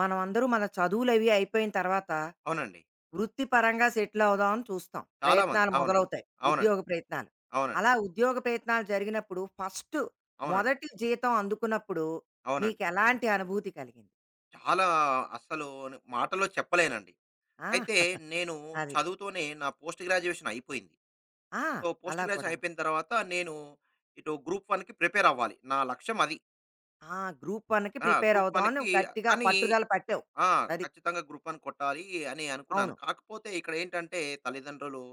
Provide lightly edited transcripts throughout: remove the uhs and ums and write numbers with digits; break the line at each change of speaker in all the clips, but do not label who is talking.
మనం అందరూ మన చదువులవి అయిపోయిన తర్వాత
అవునండి.
వృత్తిపరంగా సెటిల్ అవుదామని చూస్తాం.
చాలామంది.
ప్రయత్నాలు
అవునండి.
మొదలవుతాయి.
అవునండి.
ఉద్యోగ ప్రయత్నాలు.
అవునండి.
అలా ఉద్యోగ ప్రయత్నాలు జరిగినప్పుడు ఫస్ట్
అవునండి.
మొదటి జీతం అందుకున్నప్పుడు
అవునండి.
నీకెలాంటి అనుభూతి కలిగింది?
చాలా అస్సలు మాటల్లో చెప్పలేనండి.
ఆ!
అయితే నేను
అది.
చదువుతోనే నా పోస్ట్ గ్రాడ్యుయేషన్ అయిపోయింది.
ఆ!
సో, పోస్ట్
అలా
గ్రాడ్యుయేషన్
కూడాను.
అయిపోయిన తర్వాత నేను ఇటు గ్రూప్ వన్‌కి ప్రిపేర్ అవ్వాలి. నా లక్ష్యం అది.
ఆ! గ్రూప్ వన్‌కి
ఆ!
ప్రిపేర్
గ్రూప్
అవుదామని
వన్‌కి
గట్టిగా
కానీ
పట్టుదల పట్టావు.
ఆ!
అది.
ఖచ్చితంగా గ్రూప్ వన్ కొట్టాలి అని అనుకున్నాను.
అవును.
కాకపోతే ఇక్కడ ఏంటంటే తల్లిదండ్రులు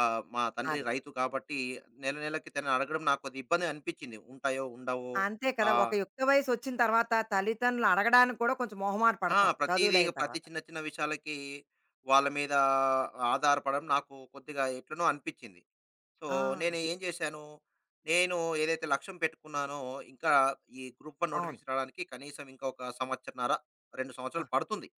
మా తండ్రి
అదే.
రైతు కాబట్టి నెల నెలకి తనని అడగడం నాకు కొద్దిగా ఇబ్బంది అనిపించింది. ఉంటాయో? ఉండవో?
అంతే
ఆ!
కదా! ఒక యుక్త వయసొచ్చిన తర్వాత తల్లిదండ్రులు అడగడానికి కూడా కొంచెం మొహమాట
ఆ!
పడతాం.
ప్రతీదీ ఇగ
చదువులయిన
ప్రతి
తర్వాత.
చిన్న చిన్న విషయాలకి వాళ్ళ మీద ఆధారపడడం నాకు కొద్దిగా ఎట్లనో అనిపిచ్చింది. సో,
ఆ!
నేను
అది.
ఏం చేశాను, నేను ఏదైతే లక్ష్యం పెట్టుకున్నానో ఇంకా ఈ గ్రూప్ వన్
అవును.
నోటిఫికేషన్ రావడానికి కనీసం ఇంకా ఒక సంవత్సరన్నర, 2
ఆ!
సంవత్సరాలు పడుతుంది.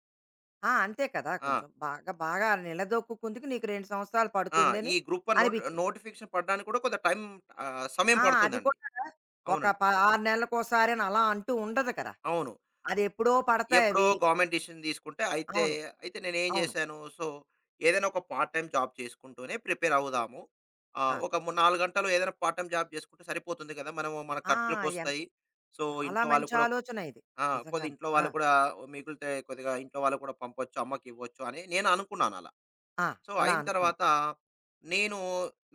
ఆ! అంతే కదా!
ఆ!
కొంచెం బాగా, బాగా నిలదొక్కుకుందుకు నీకు 2 సంవత్సరాలు
ఆ! ఈ
పడుతుందని
గ్రూప్ వన్ నోట్
అనిపించింది.
నోటిఫికేషన్ పడడానికి కూడా కొంత టైం సమయం
ఆ! అది
పడుతుందండి.
కూడా ఒక
అవునండి.
ప 6 నెలలకోసారని అలా అంటూ ఉండదు కదా!
అవును.
అదెప్పుడో పడతాయి
ఎప్పుడో
అవి.
గవర్నమెంట్ డిసిషన్ తీసుకుంటే అయితే,
అవును.
అయితే నేనేం
అవును.
జేశాను. సో, ఏదైనా ఒక పార్ట్ టైమ్ జాబ్ చేసుకుంటూనే ప్రిపేర్ అవుదాము.
ఆ!
ఒక 4 గంటలు ఏదైనా పార్ట్ టైమ్ జాబ్ చేసుకుంటే సరిపోతుంది కదా! మనము మన
ఆ! ఎన్
ఖర్చులకొస్తాయి. సో,
చాలా
ఇంట్లో వాళ్ళు
మంచి
కూడా ఒక
ఆలోచన ఇది.
ఆ! కొద్దిగా
నిజంగాను.
ఇంట్లో
ఆ!
వాళ్ళు కూడా మిగిలితే కొద్దిగా ఇంట్లో వాళ్ళకి కూడా పంపొచ్చు, అమ్మకివ్వచ్చు అని నేను అనుకున్నాను అలా.
ఆ!
సో,
అలా
అయిన
అనుకున్నాం.
తర్వాత నేను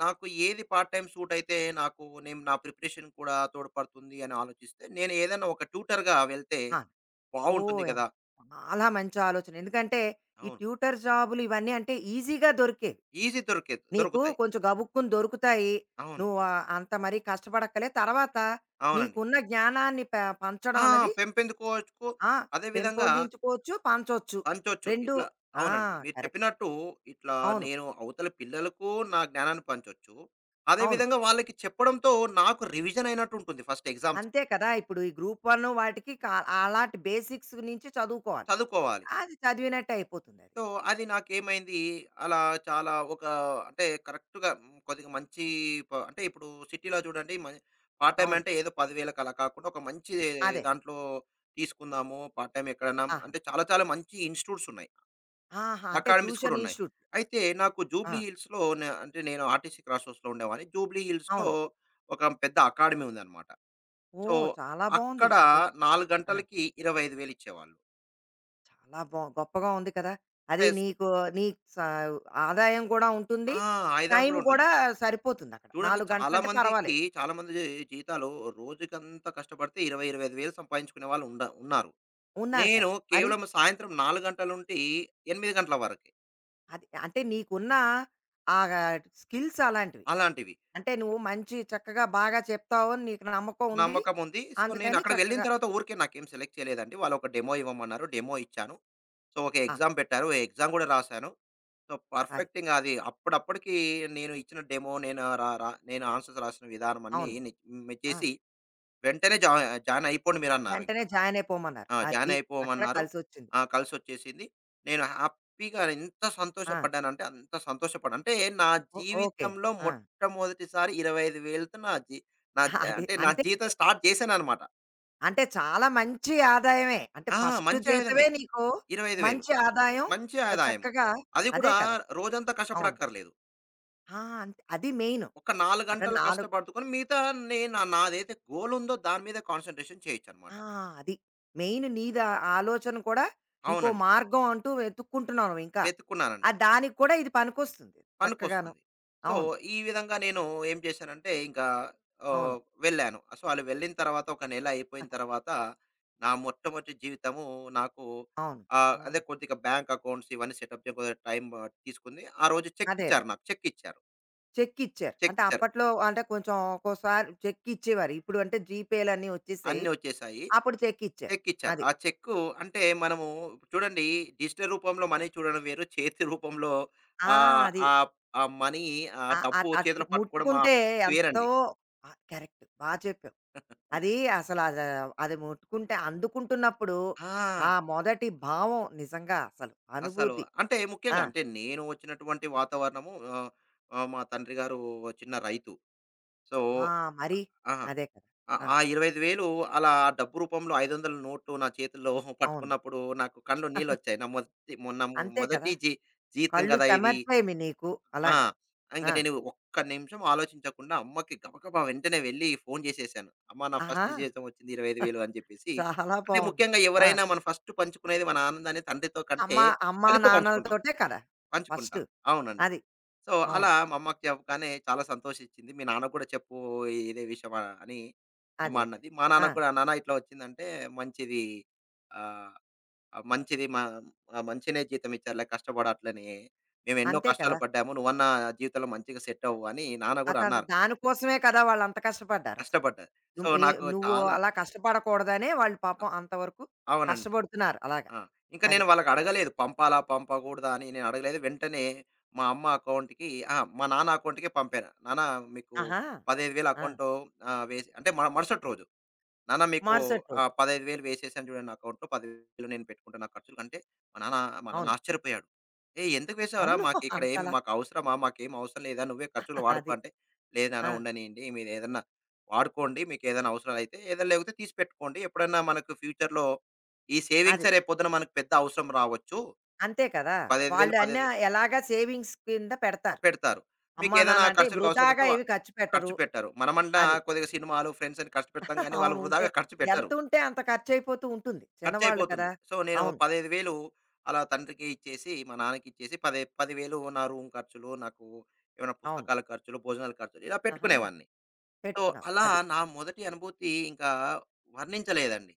నాకు ఏది పార్ట్ టైమ్ సూట్ అయితే నాకు నేను నా ప్రిపరేషన్ కూడా తోడ్పడుతుంది అని ఆలోచిస్తే, నేను ఏదైనా ఒక ట్యూటర్‌గా వెళ్తే
ఆ!
బావుంటుంది
ఓహ్!
కదా!
చాలా మంచి ఆలోచన. ఎందుకంటే, ఈ
అవును.
ట్యూటర్ జాబులు ఇవన్నీ అంటే ఈజీగా దొరికేవి.
ఈజీ దొరికే
నీకు
దొరుకుతాయి.
కొంచెం గబుక్కుని దొరుకుతాయి.
అవును.
నువ్వు ఆహ్, అంత మరీ కష్టపడక్కలే. తర్వాత
అవునండి.
నీకున్న జ్ఞానాన్ని
ఆ!
పంచడం అన్నది
పెంపెందుకోవచ్చు.
ఆ!
అదే విధంగా
పెంపొందించుకోవచ్చు, పంచొచ్చు.
పంచొచ్చు.
2
ఇట్లా
ఆ!
అవునండి. మీరు
కరెక్ట్.
చెప్పినట్టు ఇట్లా
అవును.
నేను అవతల పిల్లలకు నా జ్ఞానాన్ని పంచొచ్చు. అదే
అవును.
విధంగా వాళ్ళకి చెప్పడంతో నాకు రివిజన్ అయినట్టుంటుంది ఫస్ట్ ఎగ్జామ్స్‌కి.
అంతే కదా! ఇప్పుడు ఈ గ్రూప్ వన్ వాటికి అలాంటి బేసిక్స్ నుంచి చదువుకోవాలి.
చదువుకోవాలి.
అది చదివినట్టే అయిపోతుందది.
సో, అది నాకేమైంది, అలా చాలా ఒక అంటే కరెక్ట్‌గా కొద్దిగా మంచి అంటే ఇప్పుడు సిటీలో చూడండి పార్ట్ టైమ్
అవును.
అంటే ఏదో 10,000కి అలా కాకుండా ఒక మంచి
అదే.
దాంట్లో తీసుకుందాము. పార్ట్ టైమ్ ఎక్కడన్నా
ఆహా!
అంటే చాలా చాలా మంచి ఇన్‌స్టిట్యూట్స్ ఉన్నాయి.
ఆహా! అంటే
అకాడమీస్ కూడా
ట్యూషన్
ఉన్నాయి.
ఇన్‌స్టిట్యూట్.
అయితే నాకు
ఆ!
జూబ్లీ హిల్స్‌లో అంటే నేను ఆర్టీసీ క్రాస్ రోడ్స్‌లో ఉండేవాడిని. జూబ్లీ హిల్స్‌లో
అవును.
ఒక పెద్ద అకాడమీ ఉందన్నమాట. సో,
ఓహ్! చాలా బావుంది.
అక్కడ
అదే.
4
ఆ!
గంటలకి 25,000 ఇచ్చేవాళ్ళు.
చాలా బా గొప్పగా ఉంది కదా! అది
ప్లస్
నీకు నీ స ఆదాయం కూడా ఉంటుంది.
ఆ! ఆయుధాయం
టైం
కూడా ఉంటుంది.
కూడా సరిపోతుందక్కడ.
చూడండి
4
చాలా
గంటలంటే
మందికి
పర్వాలేదు.
చాలా మంది జీతాలు రోజుకంతా కష్టపడితే 20, 25,000 సంపాదించుకునే వాళ్ళు ఉన్నారు.
ఉన్నారు
నేను
కదా! మరి
కేవలం సాయంత్రం 4 గంటల నుండి 8 గంటల వరకే
అది అంటే నీకున్న ఆ స్కిల్స్ అలాంటివి.
అలాంటివి.
అంటే నువ్వు మంచి చక్కగా బాగా చెప్తావు అని నీకు నమ్మకం ఉంది.
నమ్మకం ఉంది. సో, నేను
అందుకని
అక్కడ వెళ్ళిన
చక్కగా
తర్వాత ఊరికే నాకేం సెలెక్ట్ చేయలేదండి. వాళ్ళు ఒక డెమో ఇవ్వమన్నారు. డెమో ఇచ్చాను. సో, ఒక
ఆ!
ఎగ్జామ్ పెట్టారు. ఎగ్జామ్ కూడా రాసాను. సో,
అది.
పర్ఫెక్ట్ ఇంగ అది అప్పుడప్పటికి నేను ఇచ్చిన డెమో నేను రా రా నేను ఆన్సర్స్ రాసిన విధానం అన్నీ
అవును.
ని
ఆ!
చేసి వెంటనే జాయిన్ అయిపోండి మీరన్నారు.
వెంటనే జాయిన్ అయిపోమన్నారు.
ఆ! జాయిన్
అది. అక్కడ
అయిపోమన్నారు.
కలిసొచ్చింది.
ఆ! కలిసొచ్చేసింది. నేను హ్యాపీగా ఎంత
ఆ!
సంతోషపడ్డానంటే అంత సంతోషపడ్డా. అంటే నా
ఓ ఓకే.
జీవితంలో
ఆ!
మొట్టమొదటిసారి 25,000తో నా
అది.
అంటే నా
అంతే.
జీవితం స్టార్ట్ చేశాననమాట.
అంటే చాలా మంచి ఆదాయమే. అంటే
ఆ!
ఫస్ట్
మంచి ఆయుధమే.
జీతమే నీకు
25,000
మంచి ఆదాయం.
మంచి
ఆహ్,
ఆదాయం.
చక్కగా
అది
అదే
కూడా
కదా!
రోజంతా
అవును.
కష్టపడక్కర్లేదు.
ఆ! అంతే అది మెయిన్.
ఒక 4
అక్కడ
గంటలు
4
కష్టపడుకొని మిగతా నేను నాదైతే గోల్ ఉందో దాని మీద కాన్సంట్రేషన్ చేయొచ్చనమాట.
ఆ! అది. మెయిన్ నీది ఆ ఆలోచన కూడా ఇంకో
అవునండి.
మార్గం అంటూ వెతుక్కుంటున్నావు నువ్వింకా. ఆ
వెతుక్కున్నానండి.
దానికి కూడా ఇది పనికొస్తుంది చక్కగాను.
పనికొస్తుంది. సో,
అవును.
ఈ విధంగా నేను ఏం చేశానంటే, ఇంకా
అవును.
ఆహ్, వెళ్ళాను. సో, అలా వెళ్ళిన తర్వాత ఒక నెల అయిపోయిన తర్వాత, నా మొట్టమొదటి జీవితము నాకు
అవును.
అదే
హ్మ్.
కొద్దిగా బ్యాంక్ అకౌంట్స్ ఇవన్నీ సెటప్ చేయడానికి కొద్దిగా టైం తీసుకుంది. ఆ రోజు చెక్
అదే అదే.
ఇచ్చారు నాకు. చెక్ ఇచ్చారు.
చెక్ ఇచ్చారు.
చెక్
అంటే
ఇచ్చారు.
అప్పట్లో అంటే కొంచెం ఒక్కోసారి చెక్ ఇచ్చేవారు. ఇప్పుడు అంటే జీపేలన్నీ వచ్చేసాయి.
అన్నీ వచ్చేసాయి.
అప్పుడు చెక్ ఇచ్చారు.
చెక్ ఇచ్చారు.
అది.
ఆ చెక్కు అంటే మనము చూడండి డిజిటల్ రూపంలో మనీ చూడడం వేరు. చేతి రూపంలో
ఆ!
ఆహ్,
అది.
ఆహ్, ఆ మనీ, ఆ money, ఆ
ఆ ఆ
డబ్బు
తట్టు
చేతిలో పట్టుకోవడం
ముట్టుకుంటే ఎంతో
వేరండి.
ఆ! కరెక్ట్. బా చెప్పావు. అది అసలు అది ముట్టుకుంటే అందుకుంటున్నప్పుడు ఆ
ఆ!
మొదటి భావం నిజంగా అసలు
అసలు
అనుభూతి.
అంటే
ఆ!
ముఖ్యంగా అంటే నేను వచ్చినటువంటి వాతావరణము ఆహ్, ఆహ్, మా తండ్రి గారు చిన్న రైతు. సో
ఆ! మరి.
ఆహా!
అదే కదా!
ఆ
ఆ!
ఆ 25,000 అలా డబ్బు రూపంలో 500 నోటు నా చేతుల్లో
అవును.
పట్టుకున్నప్పుడు నాకు కళ్ళు నీళ్ళొచ్చాయి. నా మొదటి
అంతే కదా!
మొదటి జీ జీతం
కళ్ళు
గదా! ఇది.
చెమర్చాయి మీ నీకు.
ఆ!
అలాగా.
ఇంక
ఆ!
నేను ఒక్క నిమిషం ఆలోచించకుండా అమ్మకి గబగబా వెంటనే వెళ్లి ఫోన్ చేసేసాను. అమ్మ నా ఫస్ట్
ఆహా!
జీతం వచ్చింది 25,000 అని చెప్పేసి.
చాలా
అంటే
బావుంది.
ముఖ్యంగా
ఆ!
ఎవరైనా మనం ఫస్ట్ పంచుకునేది మన ఆనందాన్ని తండ్రితో కంటే
అమ్మా అమ్మా
తల్లితో పంచుకుంటాం.
నాన్నలతోటే కదా! ఫస్టు.
పంచుకుంటారు. అవునండి.
అది.
సో, అలా
అవును.
మా అమ్మకి చెప్పగానే చాలా సంతోషిచ్చింది. మీ నాన్నకి కూడా చెప్పు ఇదే విషయం అని అమ్మ
అదే. అదే.
అన్నది. మా
ఆ!
నాన్నకి కూడా నాన్న ఇట్లా వచ్చిందంటే మంచిది ఆహ్, మంచిది మంచినే జీతం ఇచ్చారులే కష్టపడు అట్లనే. మేము ఎన్నో
అంతే
కష్టాలు
కదా!
పడ్డాము. నువ్వన్నా జీవితంలో మంచిగా సెట్ అవ్వు అని నాన్న కూడా
అసలు
అన్నారు.
దానికోసమే కదా వాళ్ళంత కష్టపడ్డారసలు.
కష్టపడ్డారు. సో,
నువ్వు ఈ
నాకు
నువ్వు
చాలా
అలా కష్టపడకూడదనే వాళ్ళు
అ
పాపం అంతవరకు
అవునండి.
కష్టపడుతున్నారు అలాగా.
ఆ! ఇంకా
అది.
నేను వాళ్ళకడగలేదు. పంపాలా? పంపకూడదా? అని నేను అడగలేదు. వెంటనే మా అమ్మ అకౌంట్‌కి అహా! మా నాన్న అకౌంట్‌కే పంపాను. నాన్న మీకు
ఆహా!
15,000
ఆ!
అకౌంట్ వేసి అంటే మరుసటి రోజు. నాన్న మీకు
మరుసటి రోజు.
15,000 వేసేసాను చూడండి నా అకౌంట్‌లో. 10,000 నేను పెట్టుకుంటా నా ఖర్చులకి అంటే మా నాన్న మా నాన్న
అవును.
ఆశ్చర్యపోయాడు. "ఏయ్! ఎందుకు వేసావురా?
అవును.
మాకిక్కడ ఏమి
అంతలా
మాకు అవసరమా? మాకేం అవసరం లేదా? నువ్వే ఖర్చులు వాడుకో"
అది.
అంటే, "లేదు నాన్న
ఆ!
ఉండనీయండి. మీరేదన్నా వాడుకోండి. మీకేదైనా అవసరాలైతే. ఏదైనా లేకపోతే తీసి పెట్టుకోండి. ఎప్పుడన్నా మనకు ఫ్యూచర్‌లో ఈ
అది.
సేవింగ్సే రేపొద్దున మనకు పెద్ద అవసరం రావచ్చు.
అంతే కదా! వాళ్ళు అన్న
15,000
ఎలాగా సేవింగ్స్ కింద పెడతారు.
పెడతారు.
అమ్మా,
మీకేదైనా
నాన్న అంటే
ఖర్చులకు అవసరం
వృధాగా
ఉంటే
ఏవి ఖర్చు
ఖర్చు
పెట్టరు.
పెట్టరు." మనమన్నా
అది.
కొద్దిగా సినిమాలు, ఫ్రెండ్స్ అని ఖర్చు పెడతాం గానీ, వాళ్ళు
అవును. ఉంటే
వృధాగా ఖర్చు పెట్టరు.
ఎంతుంటే అంత ఖర్చయిపోతూ ఉంటుంది. చిన్నవాళ్ళు
ఖర్చయిపోతుంది.
కదా!
సో, నేను
అవును.
15,000 అలా తండ్రికి ఇచ్చేసి, మా నాన్నకి ఇచ్చేసి, పదే 10,000 నా రూమ్ ఖర్చులు, నాకు ఏమైనా
అవును.
పుస్తకాల ఖర్చులు, భోజనాల ఖర్చులు ఇలా
ఆహా!
పెట్టుకునేవాడిని. సో,
పెట్టుకున్నావు.
అలా
అది.
నా మొదటి అనుభూతి ఇంకా వర్ణించలేదండి.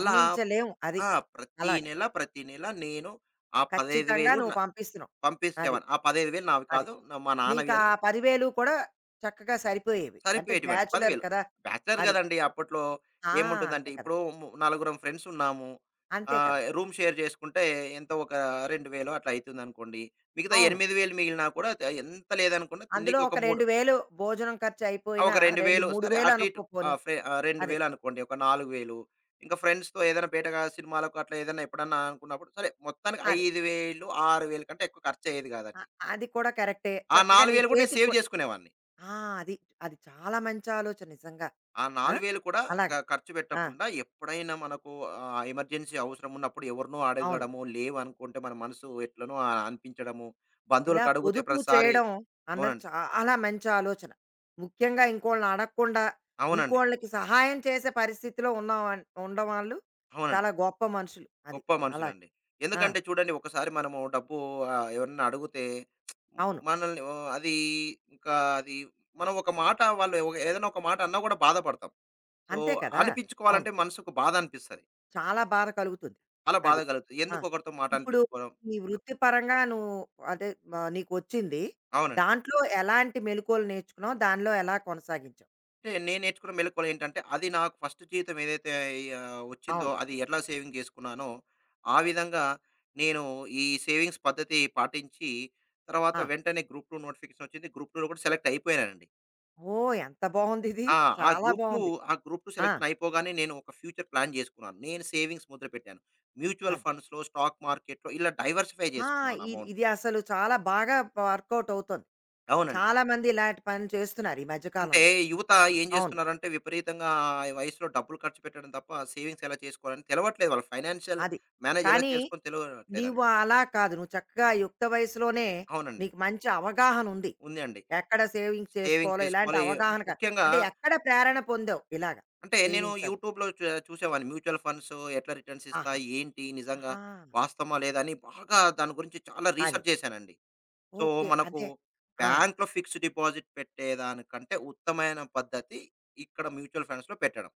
అలా
అది.
ఆ! ప్రతి
అలాగా.
నెల, ప్రతి నెల నేను ఆ
ఖచ్చితంగా
15,000
నువ్వు పంపిస్తున్నావు. అది.
పంపిచ్చేవాడిని. ఆ 15,000 నావి
అది.
కాదు. మా నాన్నవి
నీకా
అని
10,000 కూడా చక్కగా సరిపోయేవి. అంటే
సరిపోయేటివండి.
బ్యాచిలర్
10,000
కదా!
బ్యాచిలర్
అది.
గదండీ! అప్పట్లో
ఆ!
ఏముంటుందంటే
అంతే కదా!
ఇప్పుడు నలుగురం ఫ్రెండ్స్ ఉన్నాము.
అంతే కదా!
రూమ్ షేర్ జేసుకుంటే ఎంతో ఒక 2,000 అట్లా అయితుందనుకోండి. మిగతా
అవును.
8,000 మిగిలినా కూడా ఎంత లేదనుకున్నా
అందులో
తిండికి ఒక
ఒక
3
2,000 భోజనం
ఆ! ఒక
ఖర్చయిపోయినా 2,
2,000 సరే
3,000
అటు ఇటు
అనుకో పోనీ. అదే.
2,000 అనుకోండి. ఒక 4,000 ఇంకా ఫ్రెండ్స్‌తో ఏదైనా బయటగా సినిమాలకు అట్లా ఏదైనా ఎప్పుడన్నా అనుకున్నప్పుడు సరే మొత్తానికి
అదే.
5,000, 6,000 కంటే ఎక్కువ ఖర్చయ్యేది
అ
గాదండి.
అది కూడా కరెక్టే.
ఆ
చక్కగా నీ
4,000 గూడా నేను
చేతికి
సేవ్
కూడా
జేసుకునేవాడిని.
ఆ! అది. అది చాలా మంచి ఆలోచన నిజంగా.
ఆ
ఆ!
4,000 కూడా
అలాగా.
ఖర్చు
ఆ!
పెట్టకుండా ఎప్పుడైనా మనకు ఎమర్జెన్సీ అవసరం ఉన్నప్పుడు ఎవరినో
అవును.
అడగడము, లేవనుకుంటే మన మనసు ఎట్లనో అనిపించడము,
ఇలా
బంధువులకు అడిగితే
పొదుపు
ప్రతిసారి
చేయడం అన్నది
అవునండి.
చాలా మంచి ఆలోచన. ముఖ్యంగా ఇంకోళ్ళని అడగకుండా,
అవునండి.
ఇంకోళ్ళకి సహాయం చేసే పరిస్థితిలో ఉండవాళ్ళు
అవునండి.
చాలా గొప్ప మనుషులు. అది.
గొప్ప
అలాగ.
మనుషులండి.
ఆ!
ఎందుకంటే చూడండి ఒకసారి మనము డబ్బు ఎవరన్నా అడిగితే
అవును.
మనల్ని ఓ అది ఇంకా అది మనం ఒక మాట ఏదైనా ఒక మాట అన్నా కూడా బాధపడతాం. సో,
అంతే కదా! అవును.
అనిపించుకోవాలంటే మనసుకు బాధ అనిపిస్తది.
చాలా బాధ కలుగుతుంది.
అలా బాధ
అది.
కలుగుతది.
ఆ!
ఎందుకు ఒకరితో మాట
ఇప్పుడు
అనిపించుకోవడం
నీ వృత్తిపరంగా నువ్వు అదే ఆహ్, నీకొచ్చింది.
అవునండి.
దాంట్లో ఎలాంటి మెళకువలు నేర్చుకున్నావు? దానిలో ఎలా కొనసాగించావు?
అంటే నేను నేర్చుకున్న మెళకువలు ఏంటంటే, అది నాకు ఫస్ట్ జీతం ఏదైతే వచ్చిందో
అవును.
అది ఎట్లా సేవింగ్ చేసుకున్నానో, ఆ విధంగా నేను ఈ సేవింగ్స్ పద్ధతి పాటించి, తర్వాత
ఆ!
వెంటనే గ్రూప్ 2 నోటిఫికేషన్ వచ్చింది. గ్రూప్ 2లో కూడా సెలెక్ట్ అయిపోయానండి.
ఓహ్! ఎంత బావుందిది.
ఆ! ఆ
చాలా
గ్రూప్ 2
బావుంది.
ఆ గ్రూప్ 2
ఆ!
సెలెక్షన్ అయిపోగానే నేను ఒక ఫ్యూచర్ ప్లాన్ చేసుకున్నాను. నేను సేవింగ్స్ మొదలుపెట్టాను. మ్యూచువల్
అది.
ఫండ్స్‌లో, స్టాక్ మార్కెట్‌లో ఇలా డైవర్సిఫై
ఆ!
చేసుకున్నాను
ఇది
అమౌంట్.
ఇది అసలు చాలా బాగా వర్కౌట్ అవుతోంది.
అవునండి.
చాలా మంది ఇలాంటి పనులు చేస్తున్నారు ఈ మధ్య
అంటే
కాలంలో.
యువత ఏం
అవును.
చేస్తున్నారంటే విపరీతంగా ఈ వయసులో డబ్బులు ఖర్చు పెట్టడం తప్ప సేవింగ్స్ ఎలా చేసుకోవాలని తెలవట్లేదు. వాళ్ళ ఫైనాన్షియల్
అది.
మేనేజ్ ఎలా
కానీ
చేసుకోవాలో
నీవు
తెలవట్లేదండి.
అలా కాదు. నువ్వు చక్కగా యుక్త వయసులోనే
అవునండి.
నీకు మంచి అవగాహన ఉంది.
ఉంది అండి.
ఎక్కడ సేవింగ్స్
సేవింగ్
చేసుకోవాలో ఇలాంటి
చేసుకోవాలి.
అవగాహన క
ముఖ్యంగా
అంటే ఎక్కడ ప్రేరణ పొందావు ఇలాగ
అంటే నేను
సేవింగ్స్ అవి?
యూట్యూబ్‌లో చూసేవాడిని. మ్యూచువల్ ఫండ్స్ ఎట్లా రిటర్న్స్
ఆహా!
ఇస్తాయి? ఏంటి? నిజంగా
ఆహా!
వాస్తవమా? లేదా? అని బాగా దాని గురించి చాలా
అది.
రీసెర్చ్ చేశానండి. So,
okay.
మనకు
అదే. ఆ!
బ్యాంక్‌లో ఫిక్స్డ్ డిపాజిట్ పెట్టేదానికంటే ఉత్తమమైన పద్ధతి ఇక్కడ మ్యూచువల్ ఫండ్స్‌లో పెట్టడం.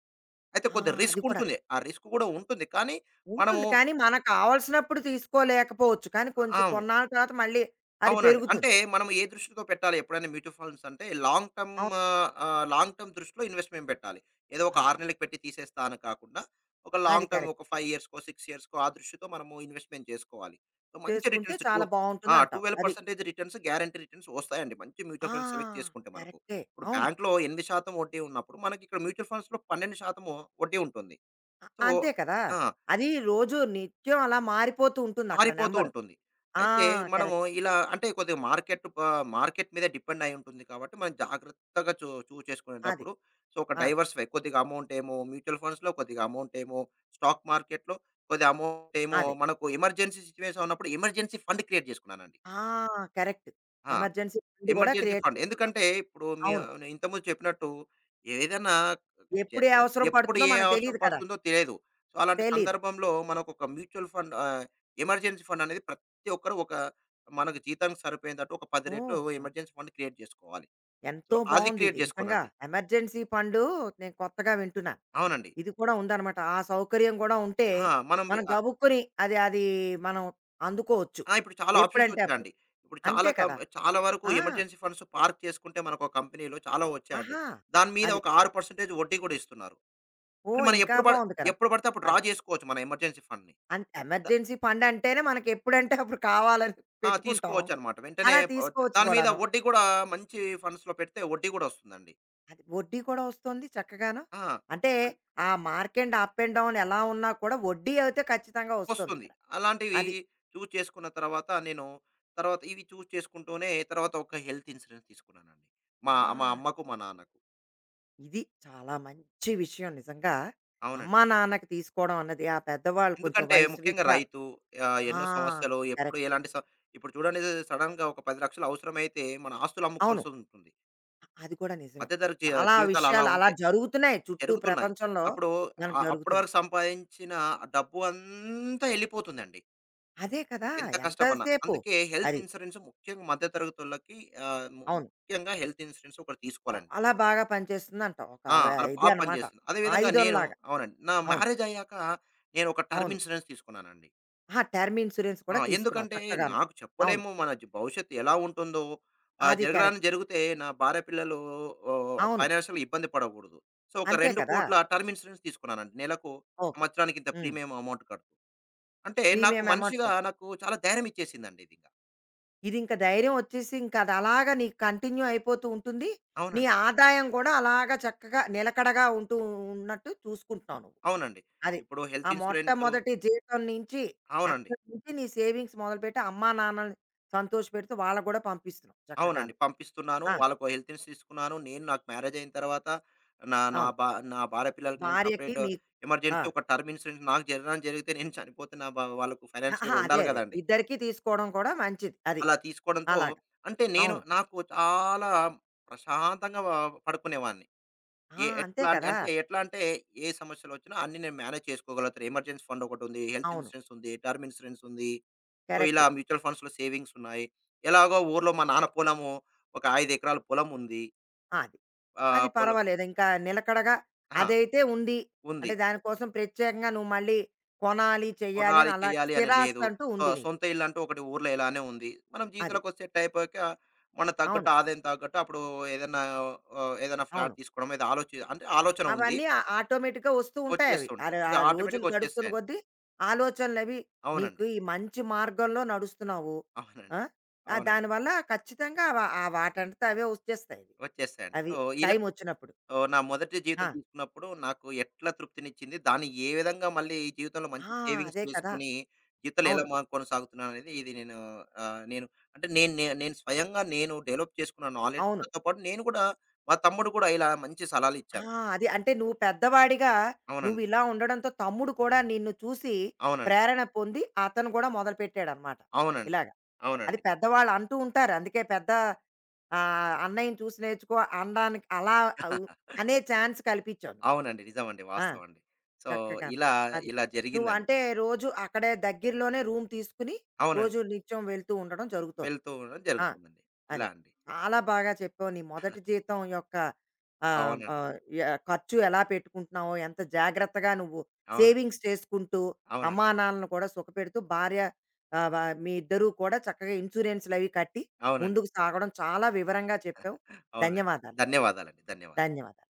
అయితే
ఆ!
కొద్దిగా
అది
రిస్క్
కూడా
ఉంటుంది.
కదా!
ఆ రిస్క్ గూడా ఉంటుంది. కానీ మనము
ఉంటుంది. కానీ మనకు కావాల్సినప్పుడు తీసుకోలేకపోవచ్చు. కానీ కొంచెం
అవును.
కొన్నాళ్ళ తర్వాత మళ్ళీ అది
అవునండి. అంటే
పెరుగుతుంది.
మనం ఏ దృష్టితో పెట్టాలి ఎప్పుడైనా మ్యూచువల్ ఫండ్స్ అంటే లాంగ్ టర్మ్
అవును.
లాంగ్ టర్మ్ దృష్టిలో ఇన్వెస్ట్‌మెంట్ పెట్టాలి. ఏదో ఒక
అది.
6 నెలలకి పెట్టి తీసేస్తా అని కాకుండా, ఒక
అది
లాంగ్ టర్మ్
కరెక్ట్.
ఒక 5 ఇయర్స్‌కో, 6 ఇయర్స్‌కో ఆ దృష్టితో మనము ఇన్వెస్ట్‌మెంట్ చేసుకోవాలి. సో, మంచి
చేసుకుంటే
రిటర్న్స్ టు
చాలా
ఆ!
బావుంటుందంటావు. అది.
12% రిటర్న్స్ గ్యారంటీ రిటర్న్స్ వస్తాయండి. మంచి మ్యూచువల్
ఆ!
ఫండ్స్ సెలెక్ట్ చేసుకుంటే మనకు.
కరెక్టే.
ఇప్పుడు
అవును.
బ్యాంక్‌లో 8% వడ్డీ ఉన్నప్పుడు మనకి ఇక్కడ మ్యూచువల్ ఫండ్స్‌లో 12% వడ్డీ ఉంటుంది.
అ
సో
అంతే కదా!
ఆ!
అది రోజు నిత్యం అలా మారిపోతూ ఉంటుందక్కడ
మారిపోతూ
నంబరు.
ఉంటుంది.
ఆ!
అయితే మనము
కరెక్ట్.
ఇలా అంటే కొద్దిగా మార్కెట్ మీద డిపెండ్ అయి ఉంటుంది కాబట్టి, మనం జాగ్రత్తగా చూజ్
అది.
చేసుకునేటప్పుడు సో, ఒక
ఆ!
డైవర్సిఫై కొద్దిగా అమౌంట్ ఏమో మ్యూచువల్ ఫండ్స్‌లో, కొద్దిగా అమౌంట్ ఏమో స్టాక్ మార్కెట్‌లో, కొద్దిగా అమౌంట్ ఏమో
అదే.
మనకు ఎమర్జెన్సీ సిట్యుయేషన్ ఉన్నప్పుడు ఎమర్జెన్సీ ఫండ్ క్రియేట్ చేసుకున్నానండి.
ఆ! కరెక్ట్.
ఆ!
ఎమర్జెన్సీ ఫండ్ గూడా
ఎమర్జెన్సీ
క్రియేట్
ఫండ్.
చేసుకుంటాం.
ఎందుకంటే ఇప్పుడు మీ
అవును.
ఇంతకుముందు చెప్పినట్టు ఏదైనా ఎ
ఎప్పుడు ఏ అవసరం
ఎప్పుడు
పడుతుందో
ఏ
మనకు
అవసరం
తెలీదు కదా!
పడుతుందో తెలియదు. సో, అలాంటి
తెలీదు.
సందర్భంలో మనకొక మ్యూచువల్ ఫండ్ ఎమర్జెన్సీ ఫండ్ అనేది ప్రతి ఒక్కరు ఒక మనకు జీతానికి సరిపోయేటట్టు ఒక 10 రెట్లు
ఓహ్!
ఎమర్జెన్సీ ఫండ్ క్రియేట్ చేసుకోవాలి. సో,
ఎంతో
అది క్రియేట్
బావుందిది నిజంగా.
చేసుకోనండి.
ఎమర్జెన్సీ ఫండు నేను కొత్తగా వింటున్నా.
అవునండి.
ఇది కూడా ఉందన్నమాట. ఆ సౌకర్యం గూడా ఉంటే,
ఆ! మనం
మనం
ఆహ్,
గబుక్కుని అది అది మనం అందుకోవచ్చు.
ఆ! ఇప్పుడు చాలా ఆప్షన్స్
ఎప్పుడంటే అప్పుడు.
వచ్చాయండి. ఇప్పుడు చాలా
అంతే కదా!
చాలా వరకు
ఆ!
ఎమర్జెన్సీ ఫండ్స్ పార్క్ చేసుకుంటే మనకు ఒక కంపెనీలో చాలా వచ్చాయండి.
ఆహా!
దాని మీద
అది.
ఒక 6% వడ్డీ కూడా ఇస్తున్నారు. అంటే
ఓహ్!
మనం
ఇంకా బావుంది కదా!
ఎప్పుడు పడితే అప్పుడు డ్రా
అది.
చేసుకోవచ్చు మన ఎమర్జెన్సీ ఫండ్‌ని.
అన్ ఎమర్జెన్సీ ఫండంటేనే మనకెప్పుడంటే అప్పుడు కావాలని
ఆ!
పెట్టుకుంటాం.
తీసుకోవచ్చనమాట. వెంటనే
అలా తీసుకోవచ్చు
దాని మీద
కూడాను.
వడ్డీ కూడా మంచి ఫండ్స్‌లో పెడితే వడ్డీ కూడా వస్తుందండి.
అది వడ్డీ కూడా వస్తోంది చక్కగాను.
ఆ!
అంటే,
అన్
ఆ మార్కెండ్ అప్ అండ్ డౌన్ ఎలా ఉన్నా కూడా వడ్డీ అయితే ఖచ్చితంగా
వస్తుంది.
వస్తోందిక్కడ.
అలాంటివి
అది.
చూజ్ చేసుకున్న తర్వాత నేను తర్వాత ఇవి చూజ్ చేసుకుంటూనే తర్వాత ఒక హెల్త్ ఇన్సూరెన్స్ తీసుకున్నానండి. మా మా
ఆ!
అమ్మకు, మా నాన్నకు.
ఇది చాలా మంచి విషయం నిజంగా.
అవునండి.
అమ్మా, నాన్నకి తీసుకోవడం అన్నది ఆ పెద్దవాళ్ళు కొంచెం
ఎందుకంటే
వయసు
ముఖ్యంగా
రీత్యా
రైతు
ఆ!
ఎన్నో సమస్యలు ఎప్పుడు
కరెక్ట్.
ఎలాంటి స ఇప్పుడు చూడండి సడెన్‌గా ఒక 10,00,000 అవసరమైతే మన ఆస్తులు
అవును.
అమ్ముకోవాల్సుంటుంది.
అది కూడా నిజమే.
మధ్య తరగతి
చాలా
జీవితాలు అలా
విషయాలు అలా
ఉంటాయి.
జరుగుతున్నాయి చుట్టూ
జరుగుతున్నాయి.
ప్రపంచంలో
అప్పుడు
మనకు
అప్పటి
జరుగుతున్నాయి.
వరకు సంపాదించిన ఆ డబ్బు అంతా ఎళ్ళిపోతుందండి.
అదే కదా!
ఎంత
ఎంత
కష్టపడినా.
సేపు
అందుకే హెల్త్
అది.
ఇన్సూరెన్స్ ముఖ్యంగా మధ్య తరగతోళ్ళకి ఆహ్, ము
అవును.
ముఖ్యంగా హెల్త్ ఇన్సూరెన్స్ ఒకటి తీసుకోవాలండి.
చాలా బాగా పనిచేస్తుందంటావు. ఒక
ఆ! అలా
ఆహ్,
బా
ఇది అన్నమాట.
పనిచేస్తుంది. అదే విధంగా నేను
ఆయుధంలాగా.
అవునండి. నా
అవును.
మ్యారేజ్ అయ్యాక నేను ఒక టర్మ్
అవును.
ఇన్సూరెన్స్ తీసుకున్నానండి.
ఆ! టర్మ్ ఇన్స్యూరెన్స్
ఆ!
కూడా తీసుకున్నావు
ఎందుకంటే
చక్కగాను.
నాకు
అవును.
చెప్పలేము మన భవిష్యత్తు ఎలా ఉంటుందో,
అది కరెక్ట్.
జరగరానిది జరిగితే నా భార్య పిల్లలు
అవును.
ఫైనాన్షియల్‌గా ఇబ్బంది పడకూడదు. సో, ఒక
అంతే కదా!
2,00,00,000 టర్మ్ ఇన్సూరెన్స్ తీసుకున్నానండి. నెలకు
ఓకే.
సంవత్సరానికి ఇంత
హ్మ్.
ప్రీమియం అమౌంట్ కడుతూ. అంటే నాకు
ప్రీమియం అమౌంట్
మనిషిగా నాకు చాలా ధైర్యం ఇచ్చేసిందండి ఇది ఇంక.
ఇది ఇంక ధైర్యం వచ్చేసి ఇంక అది అలాగా నీకు కంటిన్యూ అయిపోతూ ఉంటుంది. నీ
అవునండి.
ఆదాయం గూడా అలాగా చక్కగా నిలకడగా ఉంటూ ఉన్నట్టు చూసుకుంటున్నావు నువ్వు.
అవునండి.
అది.
ఇప్పుడు
ఆ
హెల్త్ ఇన్సూరెన్సు
మొట్టమొదటి జీతం నుంచి,
అవునండి.
అక్కడి నుంచి నీ సేవింగ్స్ మొదలుపెట్టి అమ్మా, నాన్నలని సంతోషపెడుతూ వాళ్ళకి గూడా పంపిస్తున్నావు
అవునండి.
చక్కగాను.
పంపిస్తున్నాను.
ఆ!
వాళ్ళకో హెల్త్ ఇన్సూరెన్స్ తీసుకున్నాను. నేను నాకు మ్యారేజ్ అయిన తర్వాత నా నా
అవును.
భా నా భార్య పిల్లలకి నేను
భార్యకి
సెపరేట్
మీకు. ఆ!
ఎమర్జెన్సీ ఒక టర్మ్ ఇన్సూరెన్స్ నాకు జరగడం జరిగితే నేను చనిపోతే నా భా వాళ్ళకు
అహా!
ఫైనాన్షియల్‌గా
అదే.
ఉండాలి
అదే.
గదండీ!
ఇద్దరికీ తీసుకోవడం కూడా మంచిది. అది.
అలా తీసుకోవడంతో
అలాగా.
అంటే నేను
అవును.
నాకు చాలా ప్రశాంతంగా పడుకునేవాడిని.
ఆ!
ఏ
అంతే
ఎట్లా అంటే
కదా!
అంటే ఎట్లా అంటే ఏ సమస్యలొచ్చినా అన్నీ నేను మేనేజ్ చేసుకోగలుగుతాను. ఎమర్జెన్సీ ఫండ్ ఒకటుంది. హెల్త్
అవును.
ఇన్సూరెన్స్ ఉంది. టర్మ్ ఇన్సూరెన్స్ ఉంది. సో, ఇలా
కరెక్ట్.
మ్యూచువల్ ఫండ్స్‌లో సేవింగ్స్ ఉన్నాయి. ఎలాగో ఊర్లో మా నాన్న పొలము ఒక 5 ఎకరాల పొలం ఉంది.
అది. అది
ఆహ్, పొలం
పర్వాలేదు. ఇంకా నిలకడగా
అహా!
అదైతే ఉంది.
ఉంది.
అంటే దానికోసం ప్రత్యేకంగా నువ్వు మళ్ళీ కొనాలి, చెయ్యాలి
కొనాలి,
అని అలా
చేయాలి అని
స్థిరాస్తి
లేదు.
అంటూ
సో,
ఉంది నీకు.
సొంత ఇల్లంటూ ఒకటి ఊర్లో ఇలానే ఉంది. మనం
అది.
జీవితంలోకి సెట్ అయిపోయాక మన తగ్గట్టు
అవును.
ఆదాయం తగ్గట్టు అప్పుడు ఏదన్నా ఏదైనా ఫ్లాట్
అవును.
తీసుకోవడం ఏదో అంటే ఆలోచన ఉంది.
అవన్నీ ఆ ఆటోమేటిక్‌గా వస్తూ ఉంటాయి అవి.
వచ్చేస్తుంటాయి.
అరె ఆ
ఇక
రోజులు
ఆటోమేటిక్‌గా
గడుస్తున్న
వచ్చేస్తాయండి.
కొద్దీ ఆలోచనలవి
అవునండి.
నీకు ఈ మంచి మార్గంలో నడుస్తున్నావు.
అవునండి.
ఆ! ఆహ్,
అవునండి.
దానివల్ల ఖచ్చితంగా ఆ వాటంతట అవే వచ్చేస్తాయి.
వచ్చేస్తాయండి.
అవి
సో, ఇలా
టైమొచ్చినప్పుడు.
ఓహ్! నా మొదటి జీతం
ఆ!
తీసుకున్నప్పుడు నాకు ఎట్లా తృప్తినిచ్చింది? దాన్ని ఏ విధంగా మళ్ళీ ఈ జీవితంలో మంచి
ఆ!
సేవింగ్స్
అదే కదా!
చేసుకొని, జీవితంలో ఎలా
అవును.
కొనసాగుతున్నాననేది ఇది నేను నేను అంటే నేను స్వయంగా నేను డెవలప్ చేసుకున్న
అవును.
నాలెడ్జ్‌తో పాటు నేను కూడా మా తమ్ముడు కూడా ఇలా మంచి
ఆ!
సలహాలిచ్చారు.
అది. అంటే నువ్వు పెద్దవాడిగా
అవునండి.
నువ్విలా ఉండడంతో తమ్ముడు కూడా నిన్ను చూసి
అవునండి.
ప్రేరణ పొంది అతను కూడా మొదలుపెట్టాడనమాట.
అవునండి.
ఇలాగ. అది
అవునండి.
పెద్దవాళ్ళు అంటూ ఉంటారు. అందుకే పెద్ద ఆహ్, అన్నయ్యని చూసి నేర్చుకో అనడానికి అలా అవ్ అనే ఛాన్స్ కల్పించావు నువ్వు.
అవునండి. నిజమండి.
ఆ!
వాస్తవం అండి. సో,
చక్కగాను.
ఇలా
అది.
ఇలా
నువ్వు
జరిగిందండి.
అంటే రోజు అక్కడే దగ్గరలోనే రూమ్ తీసుకొని
అవునండి.
రోజు నిత్యం వెళ్తూ ఉండడం జరుగుతోంది.
వెళ్తూ ఉండడం
ఆ!
జరుగుతుందండి. ఇలా
అదే.
అండి.
చాలా బాగా చెప్పావు. నీ మొదటి జీతం యొక్క ఆహ్,
అవునండి.
ఆహ్, ఖర్చు ఎలా పెట్టుకుంటున్నావో, ఎంత జాగ్రత్తగా నువ్వు
అవునండి.
సేవింగ్స్ చేసుకుంటూ,
అవునండి.
అమ్మా, నాన్నలను కూడా సుఖపెడుతూ, భార్య ఆహ్, మీ ఇద్దరూ కూడా చక్కగా ఇన్సూరెన్స్‌లవి కట్టి
అవునండి.
ముందుకు సాగడం చాలా వివరంగా చెప్పావు.
అవునండి.
ధన్యవాదాలు.
ధన్యవాదాలండి. ధన్యవాదాలు.
ధన్యవాదాలు.